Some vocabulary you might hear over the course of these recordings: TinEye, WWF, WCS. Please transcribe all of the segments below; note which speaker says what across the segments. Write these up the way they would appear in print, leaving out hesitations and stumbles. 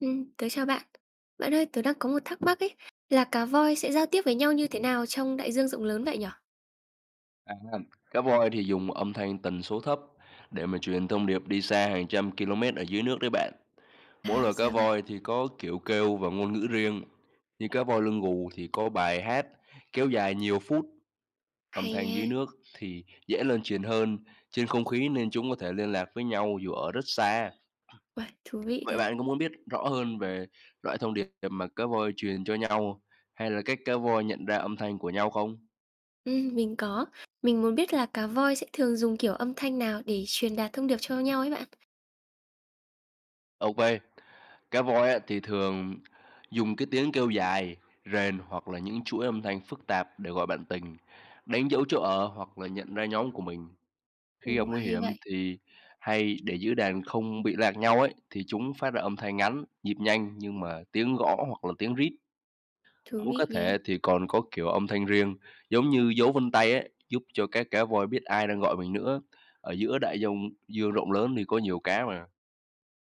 Speaker 1: Tớ chào bạn. Bạn ơi, tớ đang có một thắc mắc ấy, là cá voi sẽ giao tiếp với nhau như thế nào trong đại dương rộng lớn vậy nhỉ?
Speaker 2: À, cá voi thì dùng âm thanh tần số thấp để mà truyền thông điệp đi xa hàng trăm km ở dưới nước đấy bạn.
Speaker 1: À,
Speaker 2: Mỗi loài cá
Speaker 1: ra vậy,
Speaker 2: voi thì có kiểu kêu và ngôn ngữ riêng. Như cá voi lưng gù thì có bài hát kéo dài nhiều phút, âm
Speaker 1: hay
Speaker 2: thanh dưới
Speaker 1: nha.
Speaker 2: nước thì dễ lan truyền hơn trên không khí, nên chúng có thể liên lạc với nhau dù ở rất xa.
Speaker 1: Uầy, thú vị
Speaker 2: Vậy
Speaker 1: thật.
Speaker 2: bạn có muốn biết rõ hơn về loại thông điệp mà cá voi truyền cho nhau, hay là cách cá voi nhận ra âm thanh của nhau không?
Speaker 1: Mình có. Mình muốn biết là cá voi sẽ thường dùng kiểu âm thanh nào để truyền đạt thông điệp cho nhau ấy bạn.
Speaker 2: Ok, cá voi á, thì thường dùng cái tiếng kêu dài, rền hoặc là những chuỗi âm thanh phức tạp để gọi bạn tình, đánh dấu chỗ ở hoặc là nhận ra nhóm của mình. Khi gặp
Speaker 1: Ồ,
Speaker 2: nguy
Speaker 1: hay
Speaker 2: hiểm
Speaker 1: vậy,
Speaker 2: thì hay để giữ đàn không bị lạc nhau ấy, thì chúng phát ra âm thanh ngắn, nhịp nhanh nhưng mà tiếng gõ hoặc là tiếng rít.
Speaker 1: thú
Speaker 2: Muốn cá
Speaker 1: vị nha.
Speaker 2: thể thì còn có kiểu âm thanh riêng, giống như dấu vân tay ấy, giúp cho các cá voi biết ai đang gọi mình nữa. Ở giữa đại dương dương rộng lớn thì có nhiều cá mà.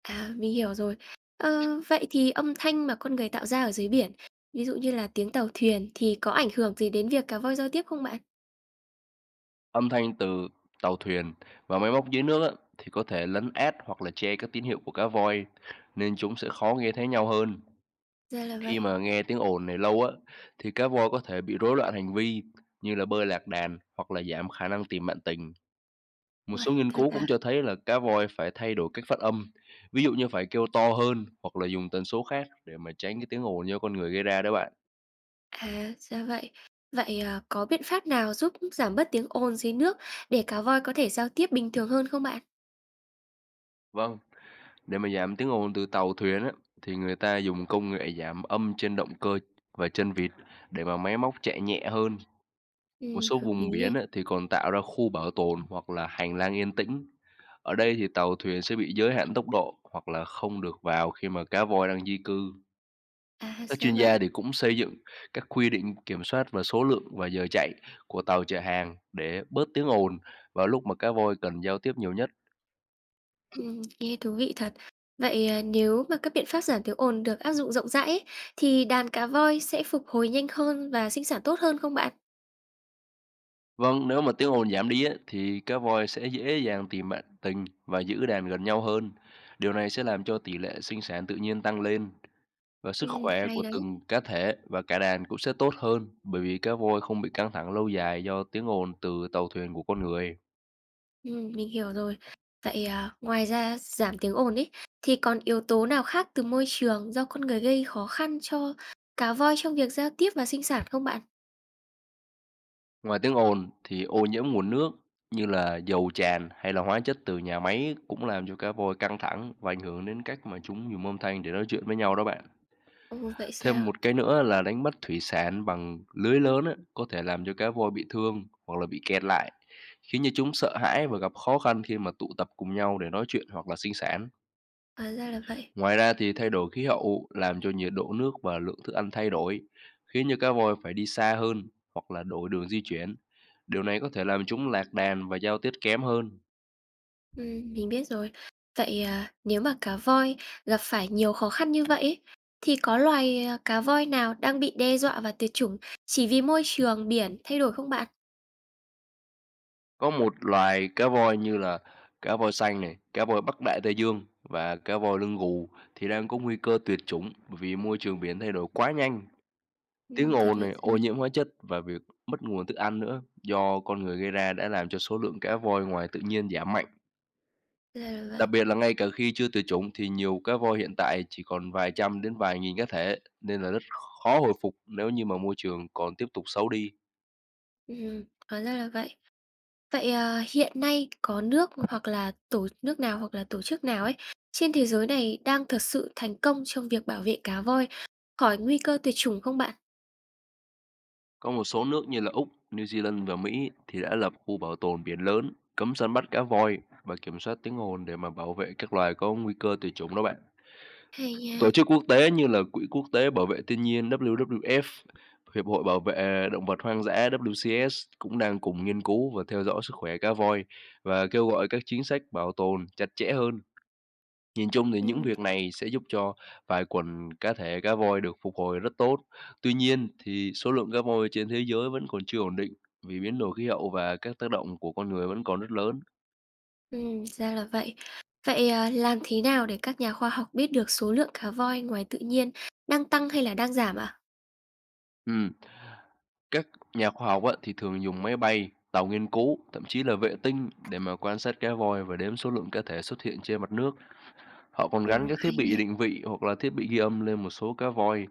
Speaker 1: À, mình hiểu rồi. Ờ, vậy thì âm thanh mà con người tạo ra ở dưới biển, ví dụ như là tiếng tàu thuyền thì có ảnh hưởng gì đến việc cá voi giao tiếp không bạn?
Speaker 2: Âm thanh từ tàu thuyền và máy móc dưới nước á, thì có thể lấn át hoặc là che các tín hiệu của cá voi, nên chúng sẽ khó nghe thấy nhau hơn.
Speaker 1: Ra là
Speaker 2: Khi
Speaker 1: vậy.
Speaker 2: mà nghe tiếng ồn này lâu á, thì cá voi có thể bị rối loạn hành vi, như là bơi lạc đàn hoặc là giảm khả năng tìm bạn tình. Một
Speaker 1: Uầy,
Speaker 2: số nghiên
Speaker 1: thật
Speaker 2: cứu
Speaker 1: à?
Speaker 2: cũng cho thấy là cá voi phải thay đổi cách phát âm, ví dụ như phải kêu to hơn hoặc là dùng tần số khác để mà tránh cái tiếng ồn do con người gây ra đó bạn.
Speaker 1: À, ra vậy. Vậy, à, có biện pháp nào giúp giảm bớt tiếng ồn dưới nước để cá voi có thể giao tiếp bình thường hơn không bạn?
Speaker 2: Vâng, để mà giảm tiếng ồn từ tàu thuyền á, thì người ta dùng công nghệ giảm âm trên động cơ và chân vịt để mà máy móc chạy nhẹ hơn. Một số
Speaker 1: Hợp lý
Speaker 2: vùng
Speaker 1: nha.
Speaker 2: biển á, thì còn tạo ra khu bảo tồn hoặc là hành lang yên tĩnh. Ở đây thì tàu thuyền sẽ bị giới hạn tốc độ hoặc là không được vào khi mà cá voi đang di cư.
Speaker 1: À,
Speaker 2: Các
Speaker 1: ra
Speaker 2: chuyên gia
Speaker 1: vậy.
Speaker 2: thì cũng xây dựng các quy định kiểm soát và số lượng và giờ chạy của tàu chở hàng để bớt tiếng ồn vào lúc mà cá voi cần giao tiếp nhiều nhất.
Speaker 1: Nghe thú vị thật. Vậy, à, nếu mà các biện pháp giảm tiếng ồn được áp dụng rộng rãi ấy, thì đàn cá voi sẽ phục hồi nhanh hơn và sinh sản tốt hơn không bạn?
Speaker 2: Vâng, nếu mà tiếng ồn giảm đi á, thì cá voi sẽ dễ dàng tìm bạn tình và giữ đàn gần nhau hơn. Điều này sẽ làm cho tỷ lệ sinh sản tự nhiên tăng lên, và sức khỏe của
Speaker 1: Hay đấy.
Speaker 2: từng cá thể và cả đàn cũng sẽ tốt hơn, bởi vì cá voi không bị căng thẳng lâu dài do tiếng ồn từ tàu thuyền của con người.
Speaker 1: Mình hiểu rồi. Vậy, à, ngoài ra giảm tiếng ồn ấy, thì còn yếu tố nào khác từ môi trường do con người gây khó khăn cho cá voi trong việc giao tiếp và sinh sản không bạn?
Speaker 2: Ngoài tiếng ồn thì ô nhiễm nguồn nước, như là dầu tràn hay là hóa chất từ nhà máy, cũng làm cho cá voi căng thẳng và ảnh hưởng đến cách mà chúng dùng âm thanh để nói chuyện với nhau đó bạn.
Speaker 1: Ồ, vậy
Speaker 2: Thêm
Speaker 1: sao?
Speaker 2: một cái nữa là đánh bắt thủy sản bằng lưới lớn á, có thể làm cho cá voi bị thương hoặc là bị kẹt lại, khiến cho chúng sợ hãi và gặp khó khăn khi mà tụ tập cùng nhau để nói chuyện hoặc là sinh sản.
Speaker 1: Hóa ra là vậy.
Speaker 2: Ngoài ra thì thay đổi khí hậu làm cho nhiệt độ nước và lượng thức ăn thay đổi, khiến cho cá voi phải đi xa hơn hoặc là đổi đường di chuyển. Điều này có thể làm chúng lạc đàn và giao tiếp kém hơn.
Speaker 1: Mình biết rồi. Vậy, à, nếu mà cá voi gặp phải nhiều khó khăn như vậy ấy, thì có loài, à, cá voi nào đang bị đe dọa và tuyệt chủng chỉ vì môi trường biển thay đổi không bạn?
Speaker 2: Có một loài cá voi như là cá voi xanh này, cá voi Bắc Đại Tây Dương và cá voi lưng gù thì đang có nguy cơ tuyệt chủng, bởi vì môi trường biển thay đổi quá nhanh. Tiếng
Speaker 1: Thật
Speaker 2: ồn
Speaker 1: vậy
Speaker 2: này, ô
Speaker 1: sao?
Speaker 2: nhiễm hóa chất và việc mất nguồn thức ăn nữa do con người gây ra đã làm cho số lượng cá voi ngoài tự nhiên giảm mạnh.
Speaker 1: Ừm. Ra là vậy.
Speaker 2: Đặc biệt là ngay cả khi chưa tuyệt chủng, thì nhiều cá voi hiện tại chỉ còn vài trăm đến vài nghìn cá thể, nên là rất khó hồi phục nếu như mà môi trường còn tiếp tục xấu đi.
Speaker 1: Hóa ra là vậy. Vậy, à, hiện nay có nước hoặc là tổ nước nào hoặc là tổ chức nào ấy trên thế giới này đang thật sự thành công trong việc bảo vệ cá voi khỏi nguy cơ tuyệt chủng không bạn?
Speaker 2: Có một số nước như là Úc, New Zealand và Mỹ thì đã lập khu bảo tồn biển lớn, cấm săn bắt cá voi và kiểm soát tiếng ồn để mà bảo vệ các loài có nguy cơ tuyệt chủng đó bạn.
Speaker 1: Hay nha.
Speaker 2: Tổ chức quốc tế như là Quỹ Quốc tế Bảo vệ Thiên nhiên WWF, Hiệp hội Bảo vệ Động vật Hoang dã WCS cũng đang cùng nghiên cứu và theo dõi sức khỏe cá voi, và kêu gọi các chính sách bảo tồn chặt chẽ hơn. Nhìn chung thì những
Speaker 1: Ừm.
Speaker 2: việc này sẽ giúp cho vài quần cá thể cá voi được phục hồi rất tốt. Tuy nhiên thì số lượng cá voi trên thế giới vẫn còn chưa ổn định, vì biến đổi khí hậu và các tác động của con người vẫn còn rất lớn.
Speaker 1: Ra là vậy. Vậy, à, làm thế nào để các nhà khoa học biết được số lượng cá voi ngoài tự nhiên đang tăng hay là đang giảm ạ?
Speaker 2: Ừm, các nhà khoa học á, thì thường dùng máy bay, tàu nghiên cứu, thậm chí là vệ tinh để mà quan sát cá voi và đếm số lượng cá thể xuất hiện trên mặt nước. Họ còn gắn
Speaker 1: Ồ,
Speaker 2: các thiết
Speaker 1: hay
Speaker 2: bị
Speaker 1: nha.
Speaker 2: định vị hoặc là thiết bị ghi âm lên một số cá voi.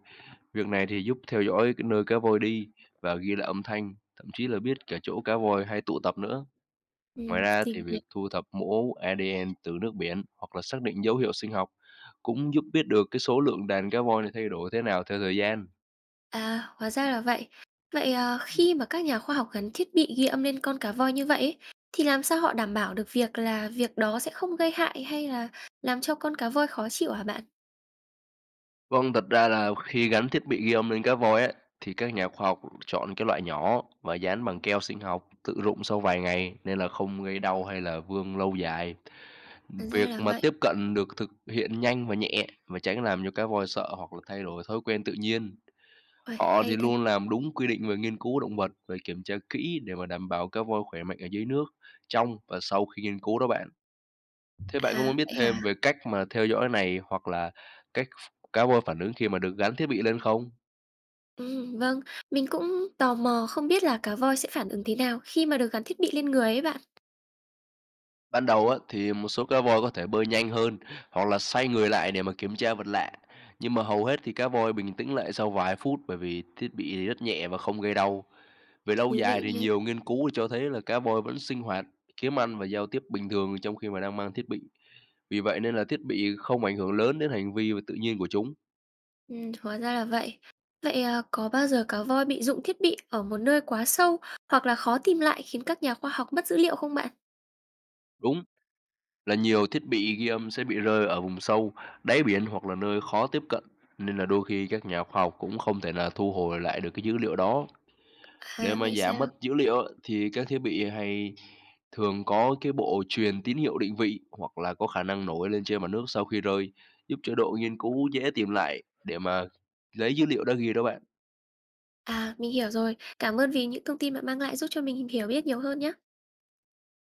Speaker 2: Việc này thì giúp theo dõi cái nơi cá voi đi và ghi lại âm thanh, thậm chí là biết cả chỗ cá voi hay tụ tập nữa. Ngoài ra thì
Speaker 1: Tình
Speaker 2: việc
Speaker 1: nguyện.
Speaker 2: thu thập mẫu ADN từ nước biển hoặc là xác định dấu hiệu sinh học cũng giúp biết được cái số lượng đàn cá voi này thay đổi thế nào theo thời gian.
Speaker 1: À, hóa ra là vậy. Vậy, à, khi mà các nhà khoa học gắn thiết bị ghi âm lên con cá voi như vậy ấy, thì làm sao họ đảm bảo được việc đó sẽ không gây hại hay là làm cho con cá voi khó chịu hả bạn?
Speaker 2: Vâng, thật ra là khi gắn thiết bị ghi âm lên cá voi ấy, thì các nhà khoa học chọn cái loại nhỏ và dán bằng keo sinh học tự rụng sau vài ngày, nên là không gây đau hay là vương lâu dài.
Speaker 1: À, ra
Speaker 2: Việc
Speaker 1: là
Speaker 2: mà
Speaker 1: vậy.
Speaker 2: tiếp cận được thực hiện nhanh và nhẹ, và tránh làm cho cá voi sợ hoặc là thay đổi thói quen tự nhiên.
Speaker 1: Uầy,
Speaker 2: Họ
Speaker 1: hay
Speaker 2: thì
Speaker 1: thật.
Speaker 2: luôn làm đúng quy định về nghiên cứu động vật và kiểm tra kỹ để mà đảm bảo cá voi khỏe mạnh ở dưới nước, trong và sau khi nghiên cứu đó bạn. Thế bạn có
Speaker 1: À,
Speaker 2: muốn biết
Speaker 1: vậy hả?
Speaker 2: thêm về cách mà theo dõi này, hoặc là cách cá voi phản ứng khi mà được gắn thiết bị lên không?
Speaker 1: Vâng. Mình cũng tò mò không biết là cá voi sẽ phản ứng thế nào khi mà được gắn thiết bị lên người ấy bạn.
Speaker 2: Ban đầu á, thì một số cá voi có thể bơi nhanh hơn hoặc là xoay người lại để mà kiểm tra vật lạ. Nhưng mà hầu hết thì cá voi bình tĩnh lại sau vài phút, bởi vì thiết bị thì rất nhẹ và không gây đau. Về
Speaker 1: Thú
Speaker 2: lâu
Speaker 1: vị
Speaker 2: dài thì
Speaker 1: nha.
Speaker 2: nhiều nghiên cứu cho thấy là cá voi vẫn sinh hoạt, kiếm ăn và giao tiếp bình thường trong khi mà đang mang thiết bị. Vì vậy nên là thiết bị không ảnh hưởng lớn đến hành vi và tự nhiên của chúng.
Speaker 1: Hóa ra là vậy. Vậy, à, có bao giờ cá voi bị rụng thiết bị ở một nơi quá sâu hoặc là khó tìm lại khiến các nhà khoa học mất dữ liệu không bạn?
Speaker 2: Đúng là nhiều thiết bị ghi âm sẽ bị rơi ở vùng sâu, đáy biển hoặc là nơi khó tiếp cận, nên là đôi khi các nhà khoa học cũng không thể là thu hồi lại được cái dữ liệu đó. Để
Speaker 1: À,
Speaker 2: mà
Speaker 1: vậy
Speaker 2: giảm
Speaker 1: sao?
Speaker 2: mất dữ liệu á, thì các thiết bị hay thường có cái bộ truyền tín hiệu định vị hoặc là có khả năng nổi lên trên mặt nước sau khi rơi, giúp cho đội nghiên cứu dễ tìm lại để mà lấy dữ liệu đã ghi đó bạn.
Speaker 1: À, mình hiểu rồi. Cảm ơn vì những thông tin bạn mang lại giúp cho mình hiểu biết nhiều hơn nhé.